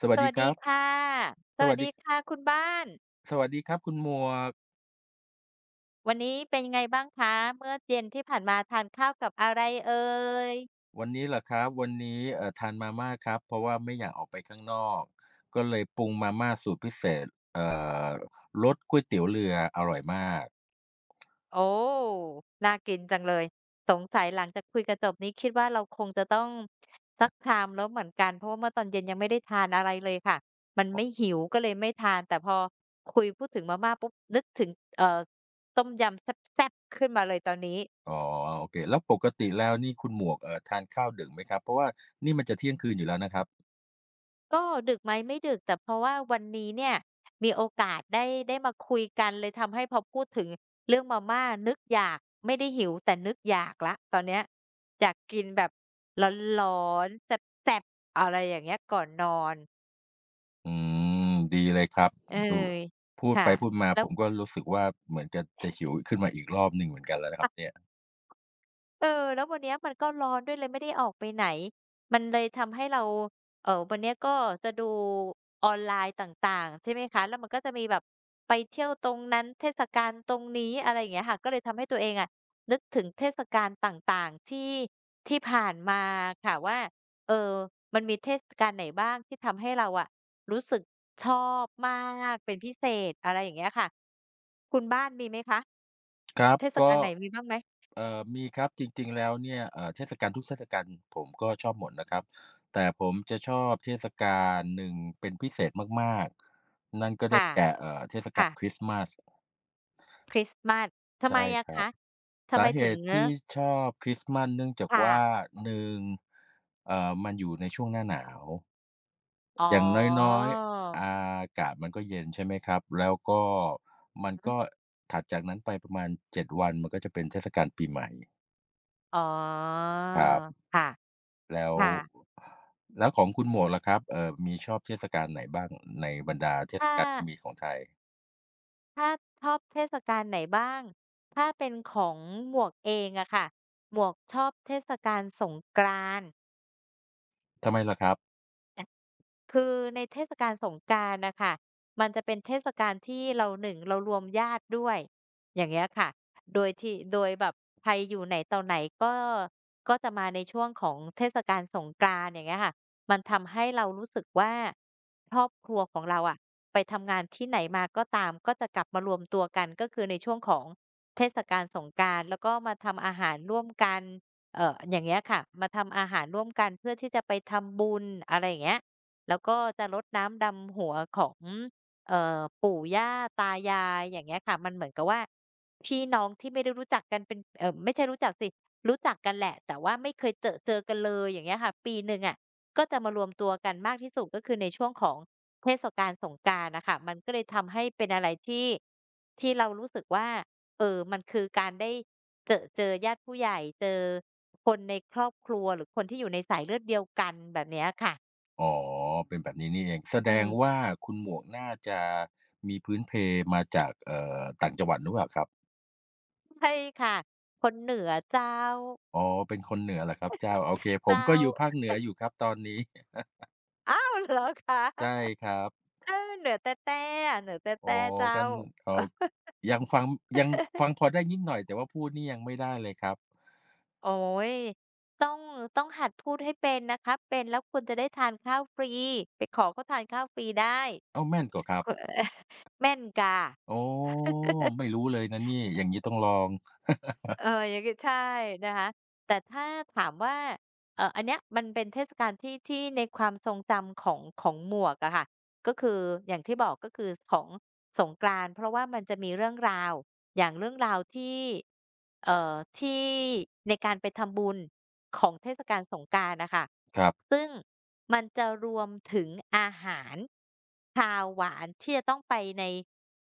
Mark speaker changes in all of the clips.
Speaker 1: ส
Speaker 2: ส
Speaker 1: วัสดี
Speaker 2: วัส
Speaker 1: ค
Speaker 2: ดี
Speaker 1: รับ
Speaker 2: ค่ะ ส
Speaker 1: ส
Speaker 2: วั
Speaker 1: วั
Speaker 2: ส
Speaker 1: ส
Speaker 2: ดี
Speaker 1: ดี
Speaker 2: ค่ะคุณบ้าน
Speaker 1: สวัสดีครับคุณหมวก
Speaker 2: วันนี้เป็นยังไงบ้างคะ เมื่อเย็นที่ผ่านมาทานข้าวกับอะไรเอ่ย
Speaker 1: วันนี้เหรอครับวันนี้ทานมาม่าครับเพราะว่าไม่อยากออกไปข้างนอกก็เลยปรุงมาม่าสูตรพิเศษเอ่อรสก๋วยเตี๋ยวเรืออร่อยมาก
Speaker 2: โอ้น่ากินจังเลยสงสัยหลังจากคุยกันจบนี้คิดว่าเราคงจะต้องสักชามแล้วเหมือนกันเพราะว่าเมื่อตอนเย็นยังไม่ได้ทานอะไรเลยค่ะมันไม่
Speaker 1: อ
Speaker 2: หิวก็เลยไม่ทานแต่พอคุยพูดถึงมาม่าปุ๊บนึกถึงเอ่อต้มยำแซ่บๆขึ้นมาเลยตอนนี้
Speaker 1: อ๋อโอเคแล้วปกติแล้วนี่คุณหมวกทานข้าวดึกไหมครับเพราะว่านี่มันจะเที่ยงคืนอยู่แล้วนะครับ
Speaker 2: ก็ดึกไหมไม่ดึกแต่เพราะว่าวันนี้เนี่ยมีโอกาสได้มาคุยกันเลยทำให้พอพูดถึงเรื่องมาม่านึกอยากไม่ได้หิวแต่นึกอยากแล้วตอนเนี้ยอยากกินแบบร้อนๆแซ่บๆอะไรอย่างเงี้ยก่อนนอน
Speaker 1: อืมดีเลยครับ
Speaker 2: เออ
Speaker 1: ดูพูด
Speaker 2: ค่ะ
Speaker 1: ไปพูดมา
Speaker 2: แล้
Speaker 1: ผ
Speaker 2: ว
Speaker 1: มก็รู้สึกว่าเหมือนจะหิวขึ้นมาอีกรอบหนึ่งเหมือนกันแล้วนะครับเนี่ย
Speaker 2: เออแล้ววันเนี้ยมันก็ร้อนด้วยเลยไม่ได้ออกไปไหนมันเลยทำให้เราวันเนี้ยก็จะดูออนไลน์ต่างๆใช่ไหมคะแล้วมันก็จะมีแบบไปเที่ยวตรงนั้นเทศกาลตรงนี้อะไรอย่างเงี้ยค่ะก็เลยทำให้ตัวเองอะนึกถึงเทศกาลต่างๆที่ผ่านมาค่ะว่าเออมันมีเทศกาลไหนบ้างที่ทำให้เราอะรู้สึกชอบมากเป็นพิเศษอะไรอย่างเงี้ยค่ะคุณบ้านมีไหมคะ
Speaker 1: ครับ
Speaker 2: เทศกา
Speaker 1: ก็
Speaker 2: ลไหนมีบ้างไหม
Speaker 1: มีครับจริงๆแล้วเนี่ยเทศกาลทุกเทศกาลผมก็ชอบหมดนะครับแต่ผมจะชอบเทศกาลหนึ่งเป็นพิเศษมากๆนั่นก็ได้
Speaker 2: ค่ะ
Speaker 1: แก่เทศกาล
Speaker 2: ค่ะ
Speaker 1: คริสต์มาส
Speaker 2: คริสต์มาสทำไม
Speaker 1: ใช่
Speaker 2: อะ
Speaker 1: ครับ
Speaker 2: คะ ทำไม
Speaker 1: สาเห
Speaker 2: ถึง
Speaker 1: ตุ
Speaker 2: เง
Speaker 1: ที่
Speaker 2: อะ
Speaker 1: ชอบคริสต์มาสเนื่องจาก
Speaker 2: ค่ะ
Speaker 1: ว่า1มันอยู่ในช่วงหน้าหนาว
Speaker 2: อ๋อ
Speaker 1: อย่างน้อยๆอากาศมันก็เย็นใช่ไหมครับแล้วก็มันก็ถัดจากนั้นไปประมาณ7วันมันก็จะเป็นเทศกาลปีใหม่
Speaker 2: อ๋อ
Speaker 1: ครับ
Speaker 2: ค่ะ
Speaker 1: แล้ว
Speaker 2: ค่ะ
Speaker 1: แล้วของคุณหมวกล่ะครับมีชอบเทศกาลไหนบ้างในบรรดาเทศ
Speaker 2: ถ้า
Speaker 1: กาลที่มีของไทย
Speaker 2: ถ้าชอบเทศกาลไหนบ้าง ถ้าเป็นของหมวกเองอะค่ะหมวกชอบเทศกาลสงกรานต์
Speaker 1: ทำไมล่ะครับ
Speaker 2: คือในเทศกาลสงกรานต์น่ะค่ะมันจะเป็นเทศกาลที่เรา1เรารวมญาติด้วยอย่างเงี้ยค่ะโดยที่โดยแบบใครอยู่ไหนต่อไหนก็ก็จะมาในช่วงของเทศกาลสงกรานต์อย่างเงี้ยค่ะมันทำให้เรารู้สึกว่าครอบครัวของเราอะไปทำงานที่ไหนมาก็ตามก็จะกลับมารวมตัวกันก็คือในช่วงของเทศกาลสงกรานต์แล้วก็มาทำอาหารร่วมกันอย่างเงี้ยค่ะมาทำอาหารร่วมกันเพื่อที่จะไปทำบุญอะไรอย่างเงี้ย แล้วก็จะรดน้ำดำหัวของปู่ย่าตายายอย่างเงี้ยค่ะมันเหมือนกับว่าพี่น้องที่ไม่ได้รู้จักกันเป็นไม่ใช่รู้จักสิรู้จักกันแหละแต่ว่าไม่เคยเจอกันเลยอย่างเงี้ยค่ะปีหนึ่งอะก็จะมารวมตัวกันมากที่สุดก็คือในช่วงของเทศกาลสงกรานต์น่ะค่ะมันก็เลยทำให้เป็นอะไรที่เรารู้สึกว่ามันคือการได้เจอญาติผู้ใหญ่เจอคนในครอบครัวหรือคนที่อยู่ในสายเลือดเดียวกันแบบเนี้ยค่ะ
Speaker 1: อ๋อเป็นแบบนี้นี่เองแส
Speaker 2: อื
Speaker 1: ดง
Speaker 2: ม
Speaker 1: ว่าคุณหมวกน่าจะมีพื้นเพมาจากต่างจังหวัดหรือเปล่าครับ
Speaker 2: ใช่ค่ะ คนเหนือเจ้า
Speaker 1: อ๋อเป็นคนเหนือเหรอครับเจ้าโอเคผม
Speaker 2: เจ้า
Speaker 1: ก็อยู่ภาคเหนืออยู่ครับตอนนี้
Speaker 2: อ้าวเหรอคะ
Speaker 1: ใช่ครับ
Speaker 2: เออเหนือแต๊ะๆอะเหนือแ
Speaker 1: อ๋อ
Speaker 2: ต๊ะๆเจ้า
Speaker 1: กันเอ่อยังฟังยังฟังพอได้นิดหน่อยแต่ว่าพูดนี่ยังไม่ได้เลยครับ
Speaker 2: โอ๊ยต้องต้องหัดพูดให้เป็นนะคะเป็นแล้วคุณจะได้ทานข้าวฟรีไปขอเขาทานข้าวฟรีได้
Speaker 1: อ้าวแม่นกว่าครั
Speaker 2: ค
Speaker 1: บ
Speaker 2: เออ แม่นก่ะ
Speaker 1: อ๋อไม่รู้เลยนะนี่อย่างงี้ต้องลอง
Speaker 2: เอออย่างงี้ใช่นะคะแต่ถ้าถามว่าอันเนี้ยมันเป็นเทศกาลที่ในความทรงจำของของหมวกอะค่ะก็คืออย่างที่บอกก็คือของสงกรานต์เพราะว่ามันจะมีเรื่องราวอย่างเรื่องราวที่เอ่อที่ในการไปทำบุญของเทศกาลสงกรานต์น่ะค่ะ
Speaker 1: ครับ
Speaker 2: ซึ่งมันจะรวมถึงอาหารคาวหวานที่จะต้องไปใน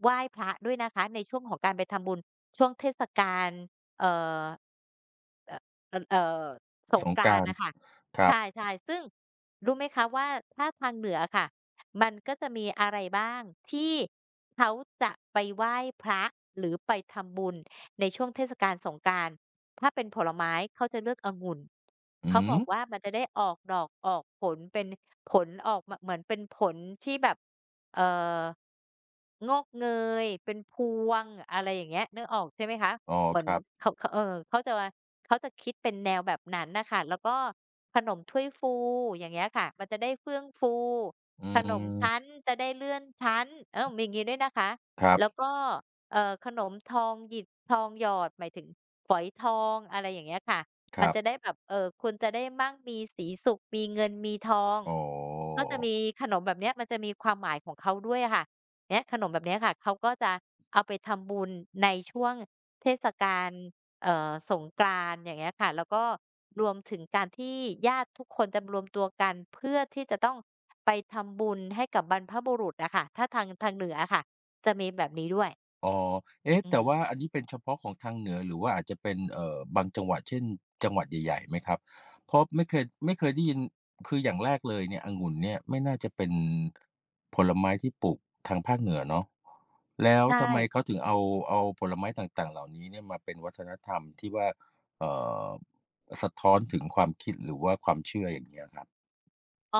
Speaker 2: ไหว้พระด้วยนะคะในช่วงของการไปทำบุญช่วงเทศกาล เอ่อเอออเอ่อสง
Speaker 1: สง
Speaker 2: ก
Speaker 1: ก
Speaker 2: ราน
Speaker 1: รา
Speaker 2: ต์
Speaker 1: นต์
Speaker 2: น่ะค่ะ
Speaker 1: ครับ
Speaker 2: ใช่ๆซึ่งรู้ไหมคะว่าถ้าทางเหนือค่ะมันก็จะมีอะไรบ้างที่เขาจะไปไหว้พระหรือไปทำบุญในช่วงเทศกาลสงกรานต์ถ้าเป็นผลไม้เขาจะเลือกองุ่น
Speaker 1: อือ
Speaker 2: เขาบอกว่ามันจะได้ออกดอกออกผลเป็นผลออกมาเหมือนเป็นผลที่แบบเอ่องอกเงยเป็นพวงอะไรอย่างเงี้ยนึกออกใช่ไหมคะ
Speaker 1: อ๋อ
Speaker 2: เหมือ
Speaker 1: ค
Speaker 2: น
Speaker 1: รับ
Speaker 2: เขาเขาจะเขาจะคิดเป็นแนวแบบนั้นน่ะค่ะแล้วก็ขนมถ้วยฟูอย่างเงี้ยค่ะมันจะได้เฟื่องฟู
Speaker 1: อื
Speaker 2: ขนมชั้
Speaker 1: ม
Speaker 2: นจะได้เลื่อนชั้นเออมีงี้ด้วยนะคะ
Speaker 1: ครั
Speaker 2: แล้ว
Speaker 1: บ
Speaker 2: ก็ขนมทองหยิบทองหยอดหมายถึงฝอยทองอะไรอย่างเงี้ยค่ะ
Speaker 1: ค
Speaker 2: มัน
Speaker 1: รั
Speaker 2: จะได้
Speaker 1: บ
Speaker 2: แบบคุณจะได้มั่งมีสีสุขมีเงิน มีทอง
Speaker 1: อ๋อ
Speaker 2: ก็จะมีขนมแบบเนี้ยมันจะมีความหมายของเขาด้วยอะค่ะเนี้ยขนมแบบเนี้ยค่ะเขาก็จะเอาไปทำบุญในช่วงเทศกาลสงกรานต์อย่างเงี้ยค่ะแล้วก็รวมถึงการที่ญาติทุกคนจะรวมตัวกันเพื่อที่จะต้องไปทำบุญให้กับบรรพบุรุษอะค่ะถ้าทางเหนืออะค่ะจะมีแบบนี้ด้วย
Speaker 1: อ๋อเอ๊ะ
Speaker 2: อื
Speaker 1: แต่
Speaker 2: ม
Speaker 1: ว่าอันนี้เป็นเฉพาะของทางเหนือหรือว่าอาจจะเป็นบางจังหวัดเช่นจังหวัดใหญ่ๆไหมครับเพราะไม่เคยได้ยินคืออย่างแรกเลยเนี่ยองุ่นเนี่ยไม่น่าจะเป็นผลไม้ที่ปลูกทางภาคเหนือเนาะแล้ว
Speaker 2: ใช่
Speaker 1: ทำไมเขาถึงเอาเอาผลไม้ต่างๆเหล่านี้เนี่ยมาเป็นวัฒนธรรมที่ว่าเอ่อสะท้อนถึงความคิดหรือว่าความเชื่ออย่างเงี้ยครับ
Speaker 2: เอ่อ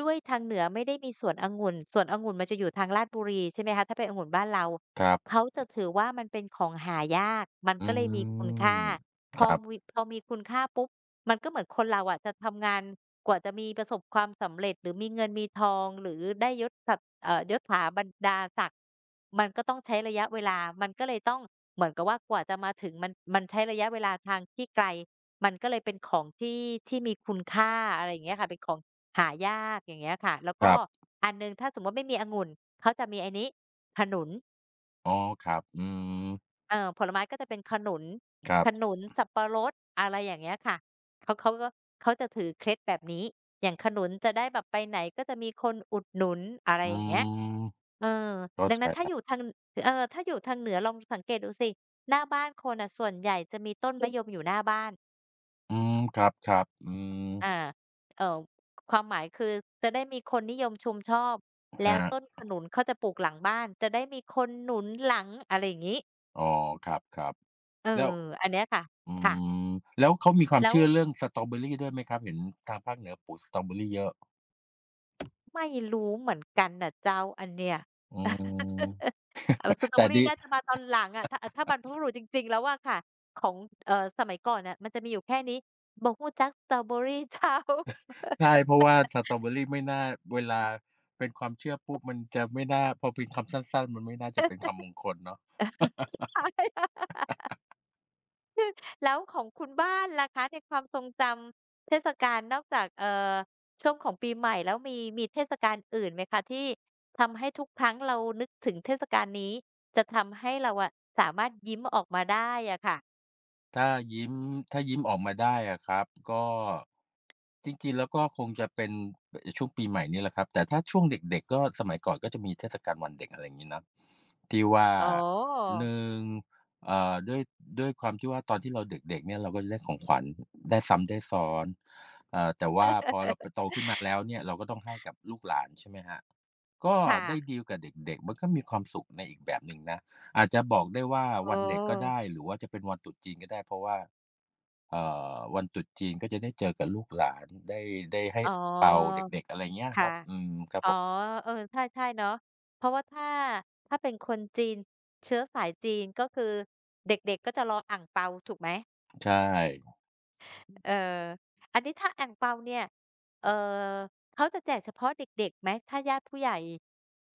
Speaker 2: ด้วยทางเหนือไม่ได้มีสวนองุ่นสวนองุ่นมันจะอยู่ทางลาดบุรีใช่ไหมคะถ้าเป็นองุ่นบ้านเรา
Speaker 1: ครั
Speaker 2: เขา
Speaker 1: บ
Speaker 2: จะถือว่ามันเป็นของหายากมัน
Speaker 1: อื
Speaker 2: ก็เลยมีคุณ
Speaker 1: ม
Speaker 2: ค่าพ
Speaker 1: ค
Speaker 2: อ
Speaker 1: รับ
Speaker 2: มีพอมีคุณค่าปุ๊บมันก็เหมือนคนเราอะจะทำงานกว่าจะมีประสบความสำเร็จหรือมีเงินมีทองหรือได้ยศศักดิ์ยศถาบรรดาศักดิ์มันก็ต้องใช้ระยะเวลามันก็เลยต้องเหมือนกับว่ากว่าจะมาถึงมันใช้ระยะเวลาทางที่ไกล มันก็เลยเป็นของที่มีคุณค่าอะไรอย่างเงี้ยค่ะเป็นของหายากอย่างเงี้ยค่ะแล้ว
Speaker 1: ค
Speaker 2: ก็
Speaker 1: รับ
Speaker 2: อันหนึ่งถ้าสมมุติไม่มีองุ่นเขาจะมีไอ้นี้ขนุน
Speaker 1: อ๋อครับอืม
Speaker 2: ผลไม้ก็จะเป็นขนุน
Speaker 1: ครั
Speaker 2: ข
Speaker 1: บ
Speaker 2: นุนสับปะรดอะไรอย่างเงี้ยค่ะเขาก็เขาจะถือเคล็ดแบบนี้อย่างขนุนจะได้แบบไปไหนก็จะมีคนอุดหนุนอะไร
Speaker 1: อื
Speaker 2: อย่างเงี้ย
Speaker 1: ม
Speaker 2: เออ
Speaker 1: เข้า
Speaker 2: ดัง
Speaker 1: ใจ
Speaker 2: นั้นถ้า
Speaker 1: แล้
Speaker 2: อ
Speaker 1: ว
Speaker 2: ยู่ทางเออถ้าอยู่ทางเหนือลองสังเกตดูสิหน้าบ้านคนน่ะส่วนใหญ่จะมีต้นมะยมอยู่หน้าบ้าน
Speaker 1: อืมครับๆอืม
Speaker 2: อาเอ่อความหมายคือจะได้มีคนนิยมชมชอบ
Speaker 1: ค
Speaker 2: แล้
Speaker 1: รั
Speaker 2: วต้น
Speaker 1: บ
Speaker 2: ขนุนเขาจะปลูกหลังบ้าน จะได้มีคนหนุนหลังอะไรอย่างงี้
Speaker 1: อ๋อครับ
Speaker 2: เอ
Speaker 1: ๆแล้ว
Speaker 2: ออันเนี้ยค่ะ
Speaker 1: อื
Speaker 2: ค่ะ
Speaker 1: มแล้วเขามีความ
Speaker 2: แล้ว
Speaker 1: เชื่อเรื่องสตรอเบอรี่ด้วยไหมครับ เห็นทางภาคเหนือปลูกสตรอเบอรี่เยอะ
Speaker 2: ไม่รู้เหมือนกันน่ะเจ้าอันเนี้ย
Speaker 1: อืม
Speaker 2: สตรอเบ
Speaker 1: แต่
Speaker 2: อร์รี
Speaker 1: ดี
Speaker 2: น่าจะมาตอนหลังอะถ้าถ้าบรรพบุรุษจริงๆแล้วอะค่ะของสมัยก่อนน่ะมันจะมีอยู่แค่นี้บ่ฮู้จักสตรอเบอร์รีเจ้า
Speaker 1: ใช่เพราะว่าสตรอเบอรี่ไม่น่าเวลาเป็นความเชื่อปุ๊บ มันจะไม่น่าพอเป็นคำสั้นๆ มันไม่น่าจะเป็นคำมงคลเนาะ
Speaker 2: แล้วของคุณบ้านล่ะคะในความทรงจำเทศกาลนอกจากอช่วงของปีใหม่แล้วมีเทศกาลอื่นไหมคะที่ทำให้ทุกครั้งเรานึกถึงเทศกาลนี้จะทำให้เราอะสามารถยิ้มออกมาได้อะค่ะ
Speaker 1: ถ้ายิ้มถ้ายิ้มออกมาได้อะครับก็จริงๆแล้วก็คงจะเป็นช่วงปีใหม่นี่แหละครับแต่ถ้าช่วงเด็กๆก็สมัยก่อนก็จะมีเทศกาลวันเด็กอะไรอย่างงี้เนาะที่ว่า
Speaker 2: อ๋อ
Speaker 1: หนึ่งเอ่อด้วยด้วยความที่ว่าตอนที่เราเด็กๆเนี่ยเราก็จะได้ของขวัญได้ซ้ำได้ซ้อนแต่ว่าพอเราไปโตขึ้นมาแล้วเนี่ยเราก็ต้องให้กับลูกหลานใช่ไหมครับก็ได้
Speaker 2: ค่ะ
Speaker 1: ดีลกับเด็กๆมันก็มีความสุขในอีกแบบหนึ่งนะ อาจจะบอกได้ว่า
Speaker 2: เออ
Speaker 1: วันเด็กก็ได้หรือว่าจะเป็นวันตรุษจีนก็ได้เพราะว่าเอ่วันตรุษจีนก็จะได้เจอกับลูกหลานได้ให้
Speaker 2: อ๋อ
Speaker 1: อั่งเปาเด็กๆอะไรเงี้ยครั
Speaker 2: ค่ะ
Speaker 1: บอืมครับ
Speaker 2: อ๋
Speaker 1: ผ
Speaker 2: อ
Speaker 1: ม
Speaker 2: เออใช่ๆเนาะเพราะว่าถ้าถ้าเป็นคนจีนเชื้อสายจีนก็คือเด็กๆก็จะรออั่งเปาถูกไหม
Speaker 1: ใช่
Speaker 2: เอออันนี้ถ้าอั่งเปาเนี่ยเอ่อเขาจะแจกเฉพาะเด็กๆไหม ถ้าญาติผู้ใหญ่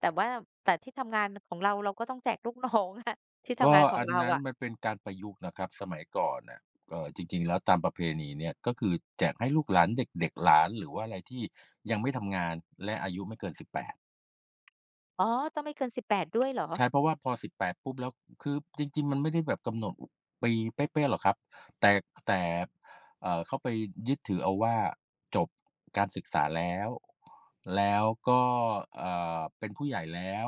Speaker 2: แต่ว่าแต่ที่ทำงานของเราเราก็ต้องแจกลูกน้องอะ ที่ทำ
Speaker 1: ก็
Speaker 2: งานของ
Speaker 1: อัน
Speaker 2: เรา
Speaker 1: นั้น
Speaker 2: อะ
Speaker 1: มันเป็นการประยุกต์นะครับสมัยก่อนน่ะจริงๆแล้วตามประเพณีเนี่ยก็คือแจกให้ลูกหลานเด็กๆหลานหรือว่าอะไรที่ยังไม่ทำงานและอายุไม่เกินสิบแปด
Speaker 2: อ๋อ ต้องไม่เกิน18ดด้วยเหรอ
Speaker 1: ใช่เพราะว่าพอ18ปดปุ๊บแล้วคือจริงๆมันไม่ได้แบบกำหนดอปีเป๊ะๆหรอกครับแต่แต่เขาไปยึดถือเอาว่าจบการศึกษาแล้วแล้วก็เอ่เป็นผู้ใหญ่แล้ว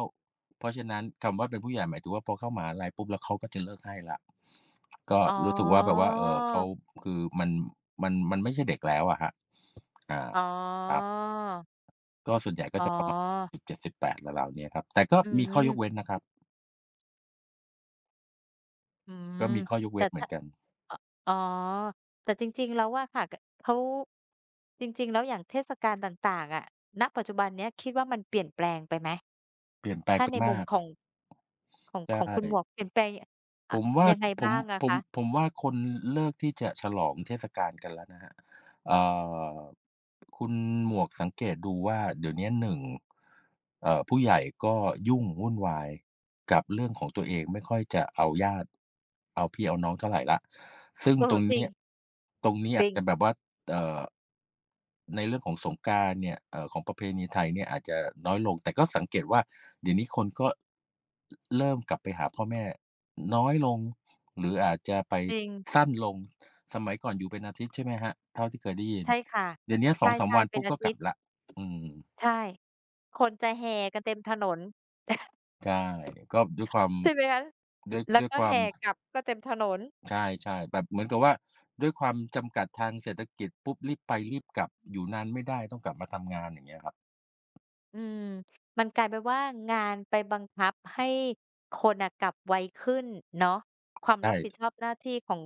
Speaker 1: เพราะฉะนั้นคำว่าเป็นผู้ใหญ่หมายถึงว่าพอเข้ามหาลัยปุ๊บแล้วเขาก็จะเลิกให้แล้วก็
Speaker 2: อ๋อ
Speaker 1: รู้สึกว่าแบบว่าเขาคือมันมันไม่ใช่เด็กแล้วอะครับอ่า
Speaker 2: อ๋อ
Speaker 1: ครับก็ส่วนใหญ่ก็
Speaker 2: อ๋
Speaker 1: จะประมาณ
Speaker 2: อ
Speaker 1: 17-18ราวๆเนี้ยครับแต่ก็
Speaker 2: อื
Speaker 1: มีข้อยก
Speaker 2: ม
Speaker 1: เว้นนะครับ
Speaker 2: อืม
Speaker 1: ก็มีข้อยก
Speaker 2: แต่
Speaker 1: เว้นเหมือ
Speaker 2: ถ้า
Speaker 1: นกัน
Speaker 2: ออ๋อแต่จริงๆแล้วอะค่ะกเขาจริงๆแล้วอย่างเทศกาลต่างๆอะณปัจจุบันเนี้ยคิดว่ามันเปลี่ยนแปลงไปไหม
Speaker 1: เปลี่ยนแปลง
Speaker 2: ถ้า
Speaker 1: ไป
Speaker 2: ในมุ
Speaker 1: มา
Speaker 2: ม
Speaker 1: ก
Speaker 2: ของของข
Speaker 1: ใช่
Speaker 2: องคุณหมวกเปลี่ยนแปลงยอ
Speaker 1: ผ
Speaker 2: ะ
Speaker 1: มว่า
Speaker 2: ยังไง
Speaker 1: ผ
Speaker 2: บ้า
Speaker 1: ม
Speaker 2: งอะ
Speaker 1: ผม
Speaker 2: คะ
Speaker 1: ผมว่าคนเลิกที่จะฉลองเทศกาลกันแล้วนะครับเอ่อคุณหมวกสังเกตดูว่าเดี๋ยวเนี้ยหนงผู้ใหญ่ก็ยุ่งวุ่นวายกับเรื่องของตัวเองไม่ค่อยจะเอาญาติเอาพี่เอาน้องเท่าไรแล้วซึ่ง
Speaker 2: เอ
Speaker 1: ต
Speaker 2: อ
Speaker 1: รง
Speaker 2: จริง
Speaker 1: เนี้ยตรงนี้
Speaker 2: จ
Speaker 1: อา
Speaker 2: ริ
Speaker 1: จ
Speaker 2: ง
Speaker 1: จะแบบว่าเอ่อ ในเรื่องของสงกรานต์เนี่ยของประเพณีไทยเนี่ยอาจจะน้อยลงแต่ก็สังเกตว่าเดี๋ยวนี้คนก็เริ่มกลับไปหาพ่อแม่น้อยลงหรืออาจจะไป
Speaker 2: จริง
Speaker 1: สั้นลงสมัยก่อนอยู่เป็นอาทิตย์ใช่ไหมครับเท่าที่เคยได้ยิน
Speaker 2: ใช่ค่ะ
Speaker 1: เดี๋ยวเนี้ย
Speaker 2: ใช
Speaker 1: 2-3
Speaker 2: ่
Speaker 1: วัน
Speaker 2: ๆเป็น
Speaker 1: ปุ๊บ
Speaker 2: อา
Speaker 1: ก็ก
Speaker 2: ทิ
Speaker 1: ลั
Speaker 2: ต
Speaker 1: บ
Speaker 2: ย์
Speaker 1: แล้วอืม
Speaker 2: ใช่คนจะแห่กันเต็มถนน
Speaker 1: ใช่ก็ด้วยความ
Speaker 2: ใช่ไหมคะล
Speaker 1: ด้วย
Speaker 2: แล้ว
Speaker 1: ด้วย
Speaker 2: ก็
Speaker 1: ควา
Speaker 2: แห่
Speaker 1: ม
Speaker 2: กลับก็เต็มถนน
Speaker 1: ใช่ๆแบบเหมือนกับว่าด้วยความจำกัดทางเศรษฐกิจปุ๊บรีบไปรีบกลับอยู่นานไม่ได้ต้องกลับมาทำงานอย่างเงี้ยครับ
Speaker 2: อืมมันกลายเป็นว่างานไปบังคับให้คนน่ะกลับไวขึ้นเนาะความรับผิด
Speaker 1: ใช่
Speaker 2: ชอบหน้าที่ของ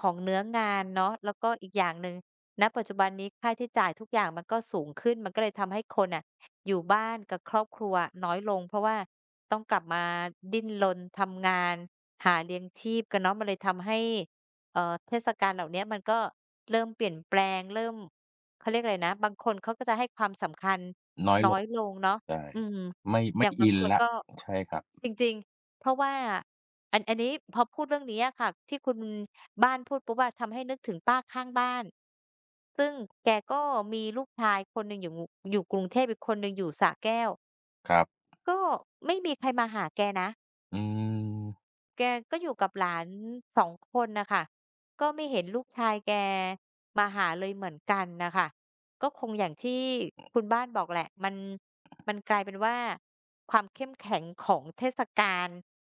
Speaker 2: ของเนื้องานเนาะแล้วก็อีกอย่างหนึ่งณปัจจุบันนี้ค่าใช้จ่ายทุกอย่างมันก็สูงขึ้นมันก็เลยทำให้คนน่ะอยู่บ้านกับครอบครัวน้อยลงเพราะว่าต้องกลับมาดิ้นรนทำงานหาเลี้ยงชีพกันเนาะมันเลยทำให้เทศกาลเหล่าเนี้ยมันก็เริ่มเปลี่ยนแปลงเริ่มเขาเรียกอะไรนะบางคนเขาก็จะให้ความสำคัญ
Speaker 1: น้อย
Speaker 2: น้
Speaker 1: ล
Speaker 2: อย
Speaker 1: ง
Speaker 2: ลงเนาะ
Speaker 1: ใช่
Speaker 2: อืม
Speaker 1: ไม่
Speaker 2: อ
Speaker 1: ไม่
Speaker 2: ย่างบา
Speaker 1: อิ
Speaker 2: ง
Speaker 1: น
Speaker 2: คน
Speaker 1: แล้ว
Speaker 2: ก็
Speaker 1: ใช่ครับ
Speaker 2: จริงๆ เพราะว่าอันนี้พอพูดเรื่องนี้อะค่ะที่คุณบ้านพูดปุ๊บอะทำให้นึกถึงป้าข้างบ้าน ซึ่งแกก็มีลูกชายคนหนึ่งอยู่อยู่กรุงเทพอีกคนหนึ่งอยู่สระแก้ว
Speaker 1: ครับ
Speaker 2: ก็ไม่มีใครมาหาแกนะ
Speaker 1: อืม
Speaker 2: แกก็อยู่กับหลานสองคนน่ะค่ะก็ไม่เห็นลูกชายแกมาหาเลยเหมือนกันน่ะค่ะก็คงอย่างที่คุณบ้านบอกแหละมันมันกลายเป็นว่าความเข้มแข็งของเทศกาล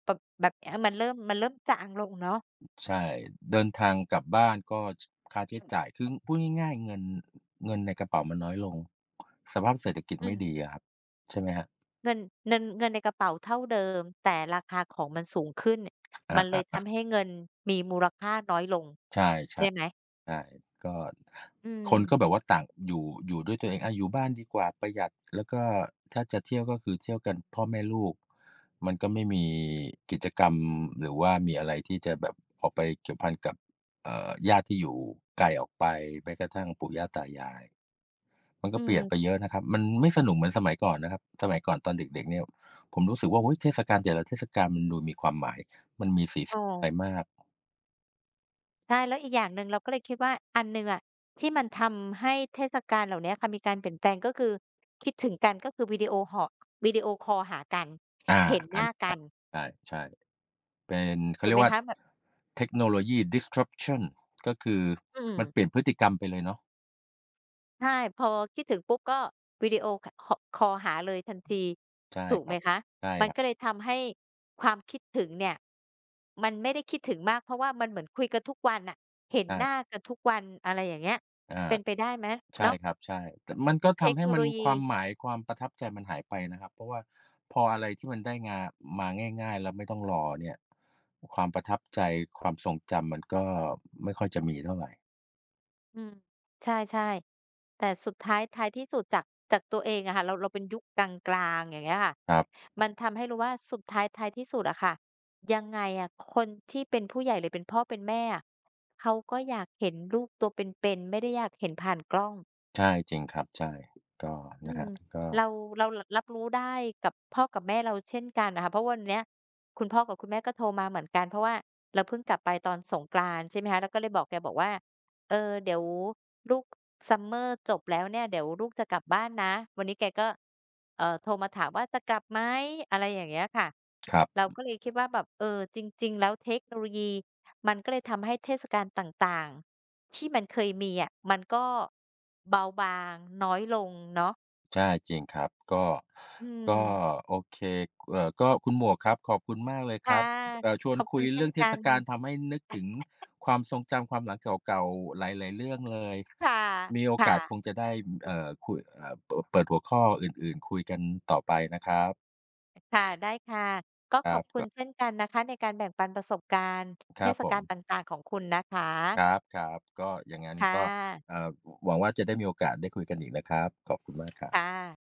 Speaker 2: แบบเนี้ยมันเริ่มมันเริ่มจางลงเนาะ
Speaker 1: ใช่เดินทางกลับบ้านก็ชค่าใช้จ่ายคือพูดง่ายๆเงินในกระเป๋ามันน้อยลงสภาพเศรษฐกิจ
Speaker 2: อื
Speaker 1: ไม่
Speaker 2: ม
Speaker 1: ดีอะครับใช่ไหมครับ
Speaker 2: เงินเงินในกระเป๋าเท่าเดิมแต่ราคาของมันสูงขึ้นมั
Speaker 1: อะ
Speaker 2: นเล
Speaker 1: ฮ
Speaker 2: ย
Speaker 1: ะ
Speaker 2: ทำให้เงินมีมูลค่าน้อยลง
Speaker 1: ใช่ๆ ใ
Speaker 2: ใช่ไหม
Speaker 1: ช่ก็
Speaker 2: อื
Speaker 1: คนก็แบ
Speaker 2: ม
Speaker 1: บว่าต่างอยู่ด้วยตัวเองอาอยู่บ้านดีกว่าประหยัดแล้วก็ถ้าจะเที่ยวก็คือเที่ยวกันพ่อแม่ลูกมันก็ไม่มีกิจกรรมหรือว่ามีอะไรที่จะแบบออกไปเกี่ยวพันกับญาติที่อยู่ไกลออกไปแม้กระทั่งปู่ย่าตายายมันก็
Speaker 2: อื
Speaker 1: เปลี่ยนไป
Speaker 2: ม
Speaker 1: เยอะนะครับมันไม่สนุกเหมือนสมัยก่อนนะครับสมัยก่อนตอนเด็กๆเนี่ยผมรู้สึกว่าโอ้โฮเทศกาลแต่ละเทศกาลมันดูมีความหมายมันมีสี
Speaker 2: เออ
Speaker 1: สันไปมาก
Speaker 2: ใช่แล้วอีกอย่างหนึ่งเราก็เลยคิดว่าอันหนึ่งอะที่มันทำให้เทศกาลเหล่าเนี้ยค่ะมีการเปลี่ยนแปลงก็คือคิดถึงกันก็คือวิดีโอหอวิดีโอคอลหากัน
Speaker 1: อา
Speaker 2: เห็นห
Speaker 1: อัน
Speaker 2: น้า
Speaker 1: นี้ค
Speaker 2: กั
Speaker 1: รั
Speaker 2: น
Speaker 1: บใช่ๆ เป็นเขา
Speaker 2: ถูก
Speaker 1: เรีย
Speaker 2: ไหม
Speaker 1: กว่า
Speaker 2: คะแบบ
Speaker 1: เทคโนโลยี disruption ก็คือ
Speaker 2: อืม
Speaker 1: มันเปลี่ยนพฤติกรรมไปเลยเนาะ
Speaker 2: ใช่พอคิดถึงปุ๊บก็วิดีโอคหคอลหาเลยทันที
Speaker 1: ใช่
Speaker 2: ถูก
Speaker 1: ค
Speaker 2: ไห
Speaker 1: รั
Speaker 2: ม
Speaker 1: บ
Speaker 2: คะ
Speaker 1: ใช่
Speaker 2: มัน
Speaker 1: ครับ
Speaker 2: ก็เลยทำให้ความคิดถึงเนี่ยมันไม่ได้คิดถึงมากเพราะว่ามันเหมือนคุยกันทุกวันน่ะเห็นหน้า
Speaker 1: ใช่
Speaker 2: กันทุกวันอะไรอย่างเงี้ย
Speaker 1: อา
Speaker 2: เป็นไปได้ไหม
Speaker 1: ใช่
Speaker 2: เนาะ
Speaker 1: ครับใช่แต่มันก็
Speaker 2: เทค
Speaker 1: ทำให้
Speaker 2: โน
Speaker 1: มั
Speaker 2: โล
Speaker 1: นค
Speaker 2: ยี
Speaker 1: วามหมายความประทับใจมันหายไปนะครับเพราะว่าพออะไรที่มันได้งามาง่ายๆแล้วไม่ต้องรอเนี่ยความประทับใจความทรงจำมันก็ไม่ค่อยจะมีเท่าไร
Speaker 2: อืมใช่ๆแต่สุดท้ายท้ายที่สุดจากจากตัวเองอะค่ะเราเราเป็นยุคกลางๆอย่างเงี้ยค่ะ
Speaker 1: ครับ
Speaker 2: มันทำให้รู้ว่าสุดท้ายท้ายที่สุดอะค่ะยังไงอะคนที่เป็นผู้ใหญ่หรือเป็นพ่อเป็นแม่อะเขาก็อยากเห็นลูกตัวเป็นๆไม่ได้อยากเห็นผ่านกล้อง
Speaker 1: ใช่จริงครับใช่ก็
Speaker 2: อื
Speaker 1: นะค
Speaker 2: ม
Speaker 1: รับก็
Speaker 2: เราเรารรับรู้ได้กับพ่อกับแม่เราเช่นกันน่ะค่ะเพราะวันเนี้ยคุณพ่อกับคุณแม่ก็โทรมาเหมือนกันเพราะว่าเราเพิ่งกลับไปตอนสงกรานต์ใช่ไหมคะเราก็เลยบอกแกบอกว่าเออเดี๋ยวลูก Summer จบแล้วเนี่ยเดี๋ยวลูกจะกลับบ้านนะวันนี้แกก็โทรมาถามว่าจะกลับไหมอะไรอย่างเงี้ยค่ะ
Speaker 1: ครั
Speaker 2: เรา
Speaker 1: บ
Speaker 2: ก็เลยคิดว่าแบบเออจริงๆแล้วเทคโนโลยีมันก็เลยทำให้เทศกาลต่างๆที่มันเคยมีอะมันก็เบาบางน้อยลงเนาะ
Speaker 1: ใช่จริงครับก็
Speaker 2: อืม
Speaker 1: ก็โอเคก็คุณหมวกครับขอบคุณมากเลยค
Speaker 2: ค่ะ
Speaker 1: รับชว
Speaker 2: ข
Speaker 1: น
Speaker 2: อบ
Speaker 1: คุ
Speaker 2: คุ
Speaker 1: ย
Speaker 2: ณเช่น
Speaker 1: เรื่องเท
Speaker 2: กั
Speaker 1: ศ
Speaker 2: น
Speaker 1: กาลทำให้นึกถึงความทรงจำความหลังเก่าๆหลายๆเรื่องเลย
Speaker 2: ค่ะ
Speaker 1: มีโอกาสคง
Speaker 2: ค่ะ
Speaker 1: จะได้คุยเปิดหัวข้ออื่นๆคุยกันต่อไปนะครับ
Speaker 2: ค่ะ ได้ค่ะ ก็
Speaker 1: ค
Speaker 2: ขอ
Speaker 1: รั
Speaker 2: บ
Speaker 1: บ
Speaker 2: คุณ
Speaker 1: ก็
Speaker 2: เช่นกันนะคะในการแบ่งปันประสบการณ์
Speaker 1: ค
Speaker 2: เท
Speaker 1: รับ
Speaker 2: ศ
Speaker 1: ผ
Speaker 2: กา
Speaker 1: ม
Speaker 2: ลต่างๆของคุณนะค
Speaker 1: ค
Speaker 2: ะ
Speaker 1: รับๆก็อย่างงั้น
Speaker 2: ค่
Speaker 1: ก็
Speaker 2: ะ
Speaker 1: เอ่อหวังว่าจะได้มีโอกาสได้คุยกันอีกนะครับขอบคุณมากครับ
Speaker 2: ค่ะ